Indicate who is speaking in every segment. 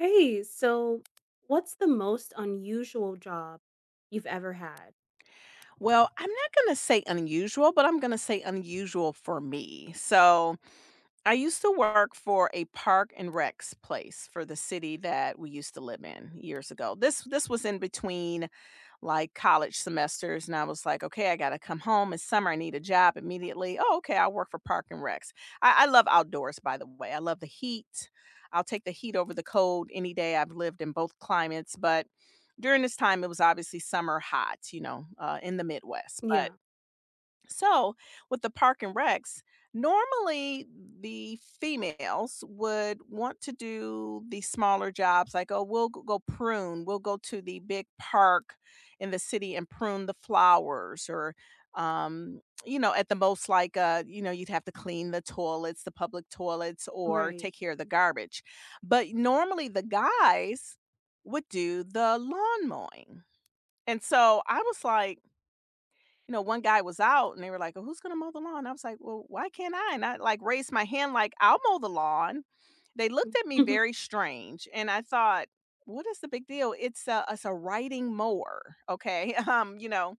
Speaker 1: Hey, so what's the most unusual job you've ever had?
Speaker 2: Well, I'm not gonna say unusual, but I'm gonna say unusual for me. So I used to work for a park and recs place for the city that we used to live in years ago. This was in between like college semesters and I was like, okay, I gotta come home. It's summer. I need a job immediately. Oh, okay. I'll work for Park and Recs. I love outdoors, by the way. I love the heat. I'll take the heat over the cold any day. I've lived in both climates, but during this time, it was obviously summer hot, in the Midwest.
Speaker 1: Yeah,
Speaker 2: But so, with the park and recs, normally the females would want to do the smaller jobs like, oh, go prune, we'll go to the big park in the city and prune the flowers or at the most like you'd have to clean the toilets, the public toilets, or
Speaker 1: right.
Speaker 2: take care of the garbage. But normally the guys would do the lawn mowing, and so I was like, you know, one guy was out and they were like, "Oh, who's gonna mow the lawn?" I was like, "Well, why can't I?" And I like raised my hand, like, "I'll mow the lawn." They looked at me very strange, and I thought, "What is the big deal? It's a riding mower, okay? You know."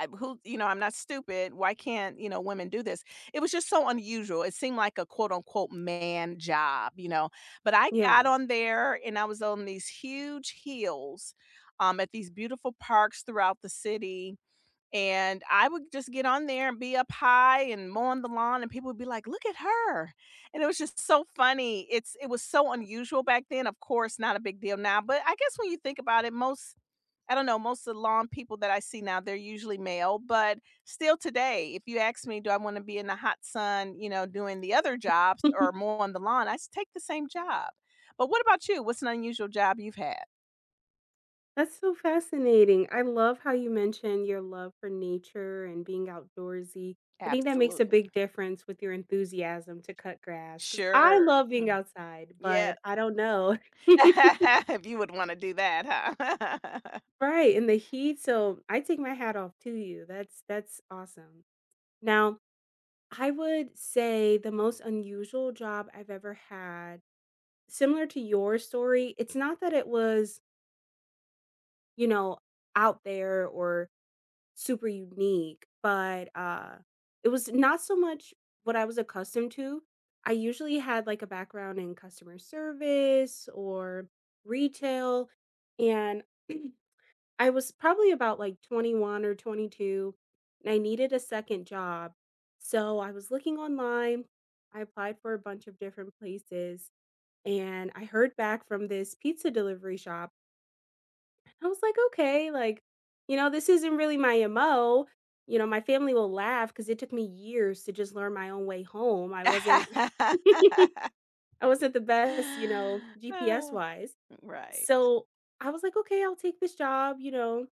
Speaker 2: I, who I'm not stupid. Why can't, you know, women do this? It was just so unusual. It seemed like a quote unquote man job, you know. But I
Speaker 1: Yeah.
Speaker 2: got on there and I was on these huge heels, at these beautiful parks throughout the city, and I would just get on there and be up high and mowing the lawn, and people would be like, "Look at her." And it was just so funny. It was so unusual back then. Of course, not a big deal now, but I guess when you think about it, most, I don't know, most of the lawn people that I see now, they're usually male, but still today, if you ask me, do I want to be in the hot sun, you know, doing the other jobs or more on the lawn, take the same job. But what about you? What's an unusual job you've had?
Speaker 1: That's so fascinating. I love how you mentioned your love for nature and being outdoorsy. I think that makes a big
Speaker 2: Absolutely.
Speaker 1: difference with your enthusiasm to cut grass. Because I
Speaker 2: Sure.
Speaker 1: love being
Speaker 2: Mm.
Speaker 1: outside,
Speaker 2: Yes.
Speaker 1: but I don't know.
Speaker 2: If you would wanna do that, huh?
Speaker 1: Right, in the heat, so I take my hat off to you. That's awesome. Now I would say the most unusual job I've ever had, similar to your story, it's not that it was, you know, out there or super unique, but it was not so much what I was accustomed to. I usually had like a background in customer service or retail and I was probably about, like, 21 or 22, and I needed a second job. So I was looking online, I applied for a bunch of different places, and I heard back from this pizza delivery shop. I was like, "Okay, like, you know, this isn't really my MO." You know, my family will laugh because it took me years to just learn my own way home. I wasn't I wasn't the best, you know,
Speaker 2: Oh,
Speaker 1: GPS-wise.
Speaker 2: right.
Speaker 1: So I was like, okay, I'll take this job, you know,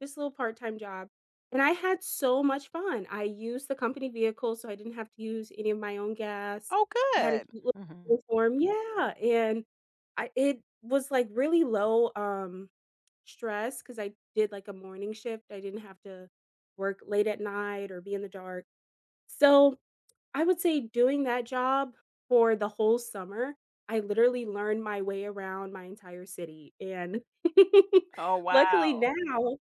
Speaker 1: this little part time job. And I had so much fun. I used the company vehicle, so I didn't have to use any of my own gas.
Speaker 2: Oh,
Speaker 1: I had a
Speaker 2: good.
Speaker 1: cute little
Speaker 2: Mhm.
Speaker 1: uniform. Yeah. It was like really low stress because I did like a morning shift. I didn't have to work late at night or be in the dark. So I would say doing that job for the whole summer, I literally learned my way around my entire city, and
Speaker 2: Oh,
Speaker 1: luckily
Speaker 2: wow.
Speaker 1: now,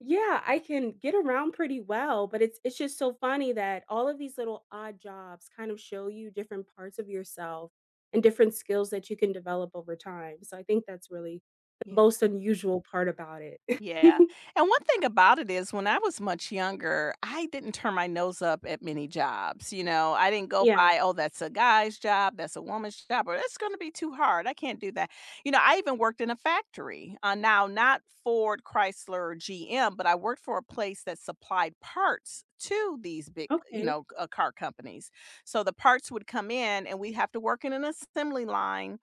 Speaker 1: yeah, I can get around pretty well, but it's just so funny that all of these little odd jobs kind of show you different parts of yourself and different skills that you can develop over time, so I think that's really the
Speaker 2: Yeah.
Speaker 1: most unusual part about it.
Speaker 2: Yeah, and one thing about it is when I was much younger, I didn't turn my nose up at many jobs, you know? I didn't go
Speaker 1: Yeah,
Speaker 2: by, "Oh, that's a guy's job, that's a woman's job, or that's gonna be too hard, I can't do that." You know, I even worked in a factory, now not Ford, Chrysler, or GM, but I worked for a place that supplied parts to these big, you
Speaker 1: okay.
Speaker 2: know, car companies. So the parts would come in, and we'd have to work in an assembly line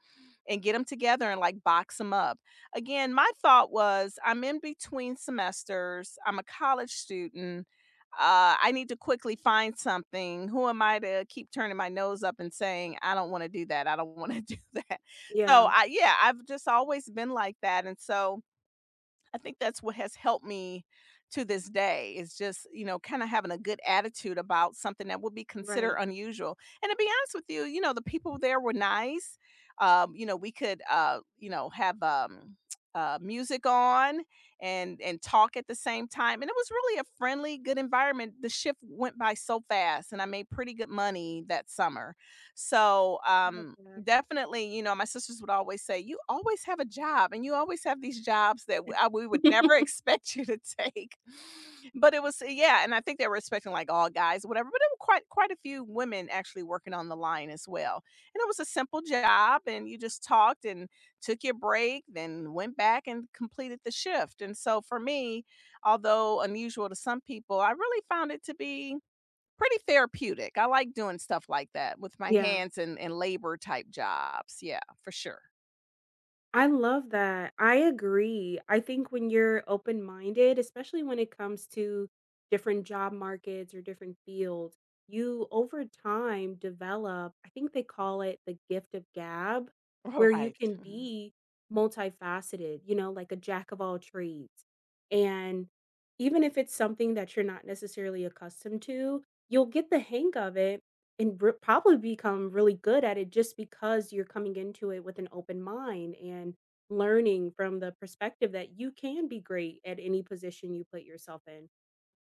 Speaker 2: and get them together and, like, box them up. Again, my thought was, I'm in between semesters. I'm a college student. I need to quickly find something. Who am I to keep turning my nose up and saying, I don't want to do that. I don't want to do that. So
Speaker 1: Yeah,
Speaker 2: I, yeah, I've just always been like that. And so I think that's what has helped me to this day is just, you know, kinda having a good attitude about something that would be considered
Speaker 1: right.
Speaker 2: unusual, and to be honest with you, you know, the people there were nice, you know, we could, you know, have, music on and talk at the same time, and it was really a friendly, good environment. The shift went by so fast, and I made pretty good money that summer, so,
Speaker 1: I love that.
Speaker 2: definitely, you know, my sisters would always say, "You always have a job, and you always have these jobs that w we would never expect you to take." But it was yeah, and I think they were expecting, like, all guys, whatever, but there were quite a few women actually working on the line as well, and it was a simple job, and you just talked and took your break, then went back and completed the shift, and so for me, although unusual to some people, I really found it to be pretty therapeutic. I like doing stuff like that with my
Speaker 1: Yeah.
Speaker 2: hands, and labor type jobs. Yeah, for sure.
Speaker 1: I love that. I agree. I think when you're open-minded, especially when it comes to different job markets or different fields, you over time develop, I think they call it the gift of gab, where you
Speaker 2: Right.
Speaker 1: can
Speaker 2: Mhm.
Speaker 1: be multifaceted, you know, like a jack of all trades. And even if it's something that you're not necessarily accustomed to, you'll get the hang of it and r probably become really good at it just because you're coming into it with an open mind and learning from the perspective that you can be great at any position you put yourself in.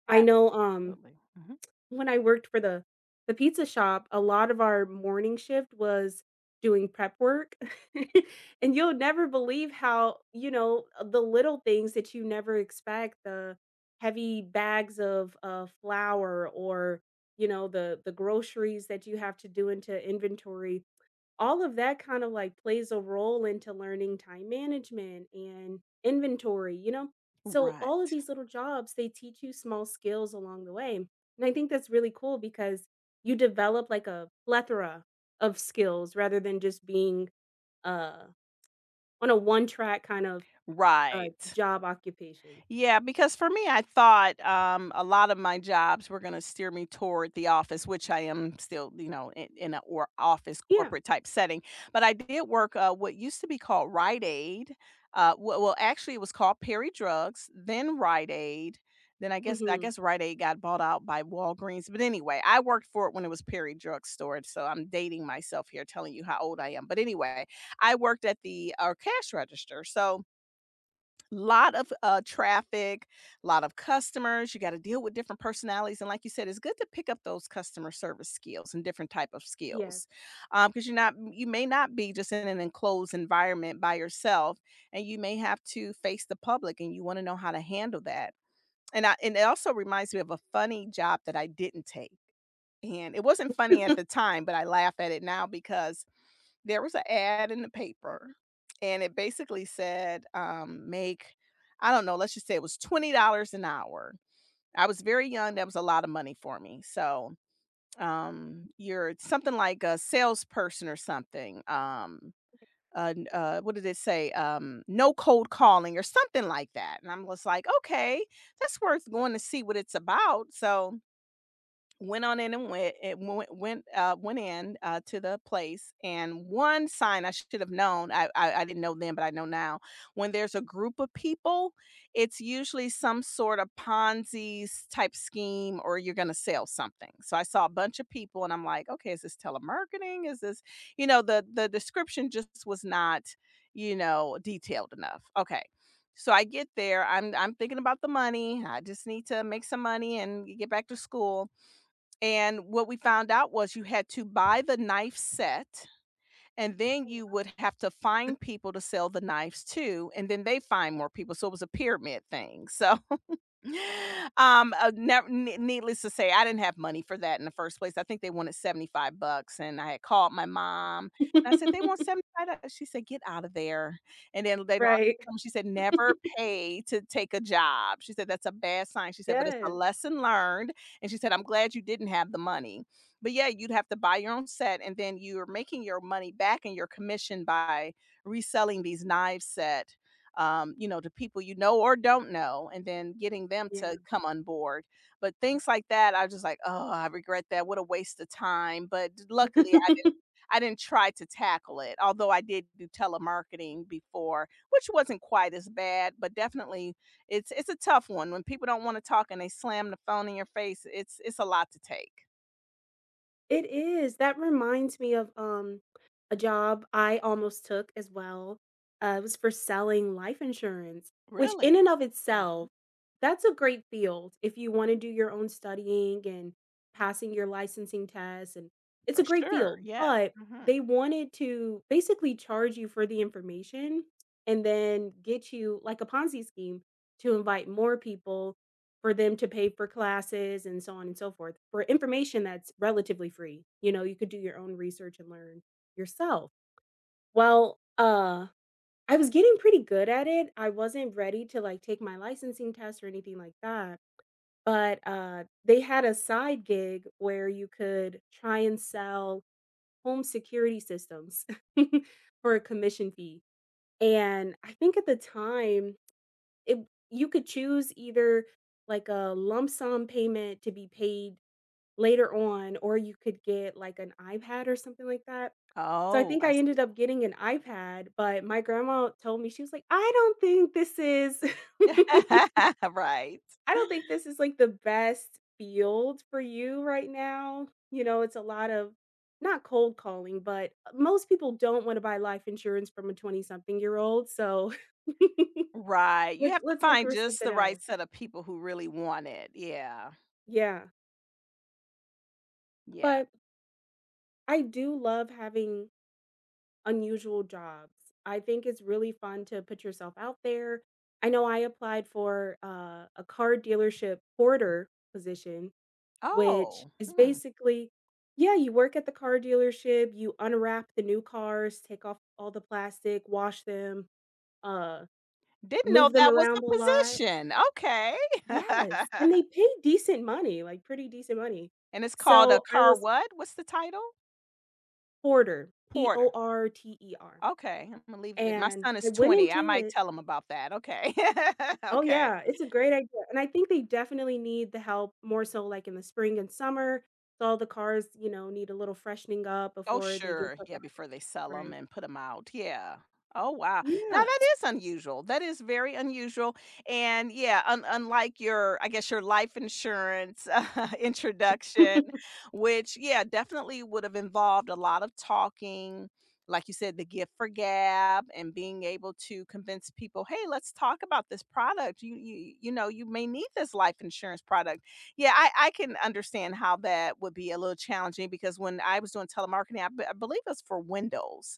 Speaker 1: I know,
Speaker 2: Absolutely. Mhm.
Speaker 1: when I worked for the pizza shop, a lot of our morning shift was doing prep work, and you'll never believe how, you know, the little things that you never expect, the heavy bags of, flour or, you know, the groceries that you have to do into inventory, all of that kind of like plays a role into learning time management and inventory, you know? So all of
Speaker 2: Right.
Speaker 1: these little jobs, they teach you small skills along the way. And I think that's really cool because you develop like a plethora of skills rather than just being uh on a one track kind of
Speaker 2: Right.
Speaker 1: job occupation.
Speaker 2: Yeah, because for me, I thought a lot of my jobs were going to steer me toward the office, which I am still, you know, in an or office
Speaker 1: Yeah.
Speaker 2: corporate type setting. But I did work what used to be called Rite Aid. Well, actually, it was called Perry Drugs, then Rite Aid. Then I
Speaker 1: Hmm.
Speaker 2: guess Rite Aid got bought out by Walgreens. But anyway, I worked for it when it was Perry Drug Store. So I'm dating myself here, telling you how old I am. But anyway, I worked at the cash register. So lot of, traffic, a lot of customers, you gotta deal with different personalities, and like you said, it's good to pick up those customer service skills and different type of
Speaker 1: Yes.
Speaker 2: skills, because 'cause you're not, you may not be just in an enclosed environment by yourself, and you may have to face the public, and you wanna know how to handle that, and I and it also reminds me of a funny job that I didn't take, and it wasn't funny at the time, but I laugh at it now because there was an ad in the paper, and it basically said, make, I don't know, let's just say it was $20 an hour. I was very young, that was a lot of money for me, so, you're something like a salesperson or something, n what did it say? No cold calling or something like that, and I'm just like, "Okay, that's worth going to see what it's about," so went on in and went it went went, went in, to the place, and one sign I should have known, I didn't know then, but I know now, when there's a group of people, it's usually some sort of Ponzi's type scheme or you're gonna sell something. So I saw a bunch of people and I'm like, "Okay, is this telemarketing? Is this" you know, the description just was not, you know, detailed enough. Okay. So I get there, I'm thinking about the money, I just need to make some money and get back to school. And what we found out was you had to buy the knife set, and then
Speaker 1: Oh,
Speaker 2: you
Speaker 1: wow.
Speaker 2: would have to find people to sell the knives to, and then they find more people. So it was a pyramid thing. So nev nee needless to say, I didn't have money for that in the first place. I think they wanted 75 bucks, and I had called my mom, and I said, "They want 75 do" She said, "Get out of there." And then later
Speaker 1: Right.
Speaker 2: on, she said, "Never pay to take a job." She said, "That's a bad sign." She said, "But it's a
Speaker 1: Yes.
Speaker 2: lesson learned," and she said, "I'm glad you didn't have the money." But yeah, you'd have to buy your own set, and then you're making your money back and your commission by reselling these knife set, you know, to people you know or don't know, and then getting them to
Speaker 1: Yeah.
Speaker 2: come on board. But things like that, I was just like, oh, I regret that. What a waste of time. But luckily, I didn't try to tackle it, although I did do telemarketing before, which wasn't quite as bad, but definitely it's a tough one. When people don't want to talk and they slam the phone in your face, it's a lot to take.
Speaker 1: It is. That reminds me of, a job I almost took as well. It was for selling life insurance, which in
Speaker 2: Really?
Speaker 1: and of
Speaker 2: Hmm.
Speaker 1: itself, that's a great field if you wanna do your own studying and passing your licensing tests, and it's a
Speaker 2: For
Speaker 1: great
Speaker 2: sure.
Speaker 1: field,
Speaker 2: Yes.
Speaker 1: but
Speaker 2: Hmm.
Speaker 1: they wanted to basically charge you for the information and then get you like a Ponzi scheme to invite more people for them to pay for classes and so on and so forth for information that's relatively free. You know, you could do your own research and learn yourself. Well, I was getting pretty good at it. I wasn't ready to like take my licensing test or anything like that. But they had a side gig where you could try and sell home security systems for a commission fee. And I think at the time, it you could choose either, like, a lump sum payment to be paid later on, or you could get, like, an iPad or something like that. So I
Speaker 2: Oh,
Speaker 1: think
Speaker 2: I
Speaker 1: I
Speaker 2: see.
Speaker 1: ended up getting an iPad, but my grandma told me, she was like, "I don't think this is
Speaker 2: Right.
Speaker 1: I don't think this is, like, the best field for you right now." You know, it's a lot of not cold calling, but, most people don't wanna buy life insurance from a 20-something-something year old, so
Speaker 2: Right, you
Speaker 1: let's
Speaker 2: have to
Speaker 1: let's look
Speaker 2: find
Speaker 1: for
Speaker 2: just
Speaker 1: something
Speaker 2: the
Speaker 1: else.
Speaker 2: right set of people who really want it, yeah,
Speaker 1: Yeah.
Speaker 2: yeah.
Speaker 1: But I do love having unusual jobs. I think it's really fun to put yourself out there. I know I applied for, a car dealership porter position, which
Speaker 2: Oh,
Speaker 1: is
Speaker 2: hmm,
Speaker 1: basically, yeah, you work at the car dealership, you unwrap the new cars, take off all the plastic, wash them, uh,
Speaker 2: didn't know
Speaker 1: move them
Speaker 2: that was a
Speaker 1: around the lot.
Speaker 2: position, okay.
Speaker 1: Yes, and they pay decent money, like, pretty decent money.
Speaker 2: And it's called a
Speaker 1: So, I
Speaker 2: car
Speaker 1: was
Speaker 2: what? What's the title?
Speaker 1: porter,
Speaker 2: Porter,
Speaker 1: Porter.
Speaker 2: okay, I'm gonna leave, my
Speaker 1: And
Speaker 2: son
Speaker 1: I
Speaker 2: is
Speaker 1: went
Speaker 2: 20, I
Speaker 1: into
Speaker 2: might
Speaker 1: it.
Speaker 2: tell him about that, okay,
Speaker 1: Oh,
Speaker 2: okay.
Speaker 1: yeah, it's a great idea, and I think they definitely need the help more so, like, in the spring and summer, so all the cars, you know, need a little freshening up
Speaker 2: Oh,
Speaker 1: before they get
Speaker 2: sure.
Speaker 1: put
Speaker 2: Yeah,
Speaker 1: back.
Speaker 2: before they sell them
Speaker 1: Right.
Speaker 2: and put them out. Yeah. Oh, wow. Now that
Speaker 1: Yes.
Speaker 2: is unusual. That is very unusual. And yeah, unlike your, I guess, your life insurance introduction, which, yeah, definitely would have involved a lot of talking. Like you said, the gift for gab and being able to convince people, hey, let's talk about this product. You know, you may need this life insurance product. Yeah, I can understand how that would be a little challenging because when I was doing telemarketing, I believe it's for windows.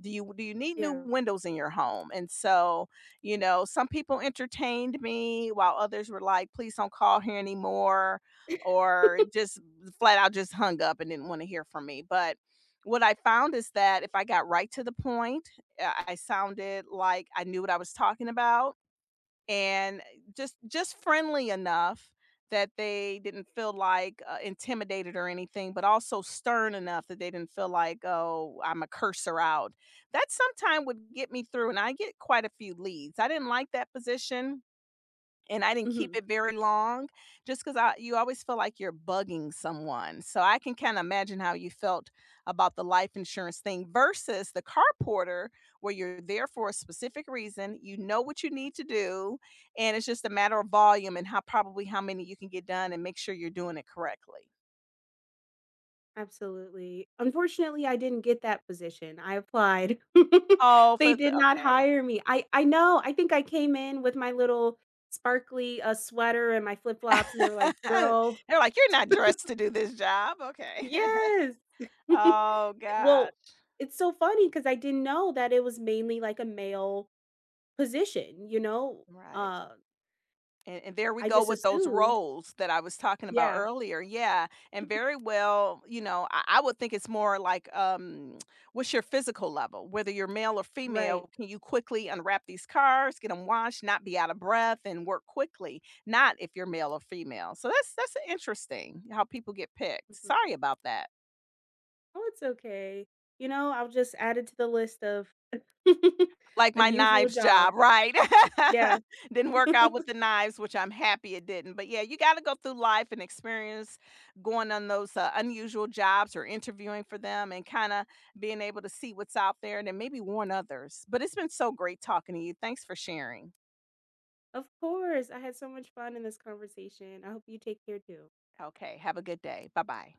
Speaker 2: Do you need new
Speaker 1: Yeah.
Speaker 2: windows in your home? And so, you know, some people entertained me while others were like, "Please don't call here anymore," or just flat out just hung up and didn't want to hear from me. But what I found is that if I got right to the point, I sounded like I knew what I was talking about and just friendly enough that they didn't feel like intimidated or anything, but also stern enough that they didn't feel like, oh, I'm a cursor out, that sometime would get me through and I get quite a few leads. I didn't like that position and I didn't keep
Speaker 1: Mhm.
Speaker 2: it very long just 'cause I you always feel like you're bugging someone, so I can kinda imagine how you felt about the life insurance thing versus the car porter where you're there for a specific reason, you know what you need to do, and it's just a matter of volume and how probably how many you can get done and make sure you're doing it correctly.
Speaker 1: Absolutely. Unfortunately, I didn't get that position. I applied.
Speaker 2: Oh,
Speaker 1: They
Speaker 2: for
Speaker 1: did
Speaker 2: the
Speaker 1: not
Speaker 2: okay.
Speaker 1: hire me. I know, I think I came in with my little sparkly, sweater and my flip-flops, and they were like, "Girl."
Speaker 2: They're like, "You're not dressed to do this job." Okay.
Speaker 1: Yes.
Speaker 2: Oh gosh.
Speaker 1: Well, it's so funny because I didn't know that it was mainly like a male position, you know?
Speaker 2: Right.
Speaker 1: Uh,
Speaker 2: And there we
Speaker 1: I
Speaker 2: go
Speaker 1: just
Speaker 2: with those
Speaker 1: assumed.
Speaker 2: roles that I was talking about
Speaker 1: Yeah,
Speaker 2: earlier, yeah, and very well, you know, I would think it's more like, what's your physical level? Whether you're male or
Speaker 1: right.
Speaker 2: female, can you quickly unwrap these cars, get them washed, not be out of breath, and work quickly? Not if you're male or female. So that's interesting how people get picked.
Speaker 1: Mhm.
Speaker 2: Sorry about that.
Speaker 1: Oh, it's okay. You know, I'll just add it to the list of
Speaker 2: Like my
Speaker 1: unusual
Speaker 2: knives job,
Speaker 1: jobs.
Speaker 2: right?
Speaker 1: Yeah.
Speaker 2: Didn't work out with the knives, which I'm happy it didn't. But yeah, you gotta go through life and experience going on those, unusual jobs or interviewing for them and kinda being able to see what's out there and then maybe warn others. But it's been so great talking to you. Thanks for sharing.
Speaker 1: Of course, I had so much fun in this conversation. I hope you take care too.
Speaker 2: Okay, have a good day. Bye-bye.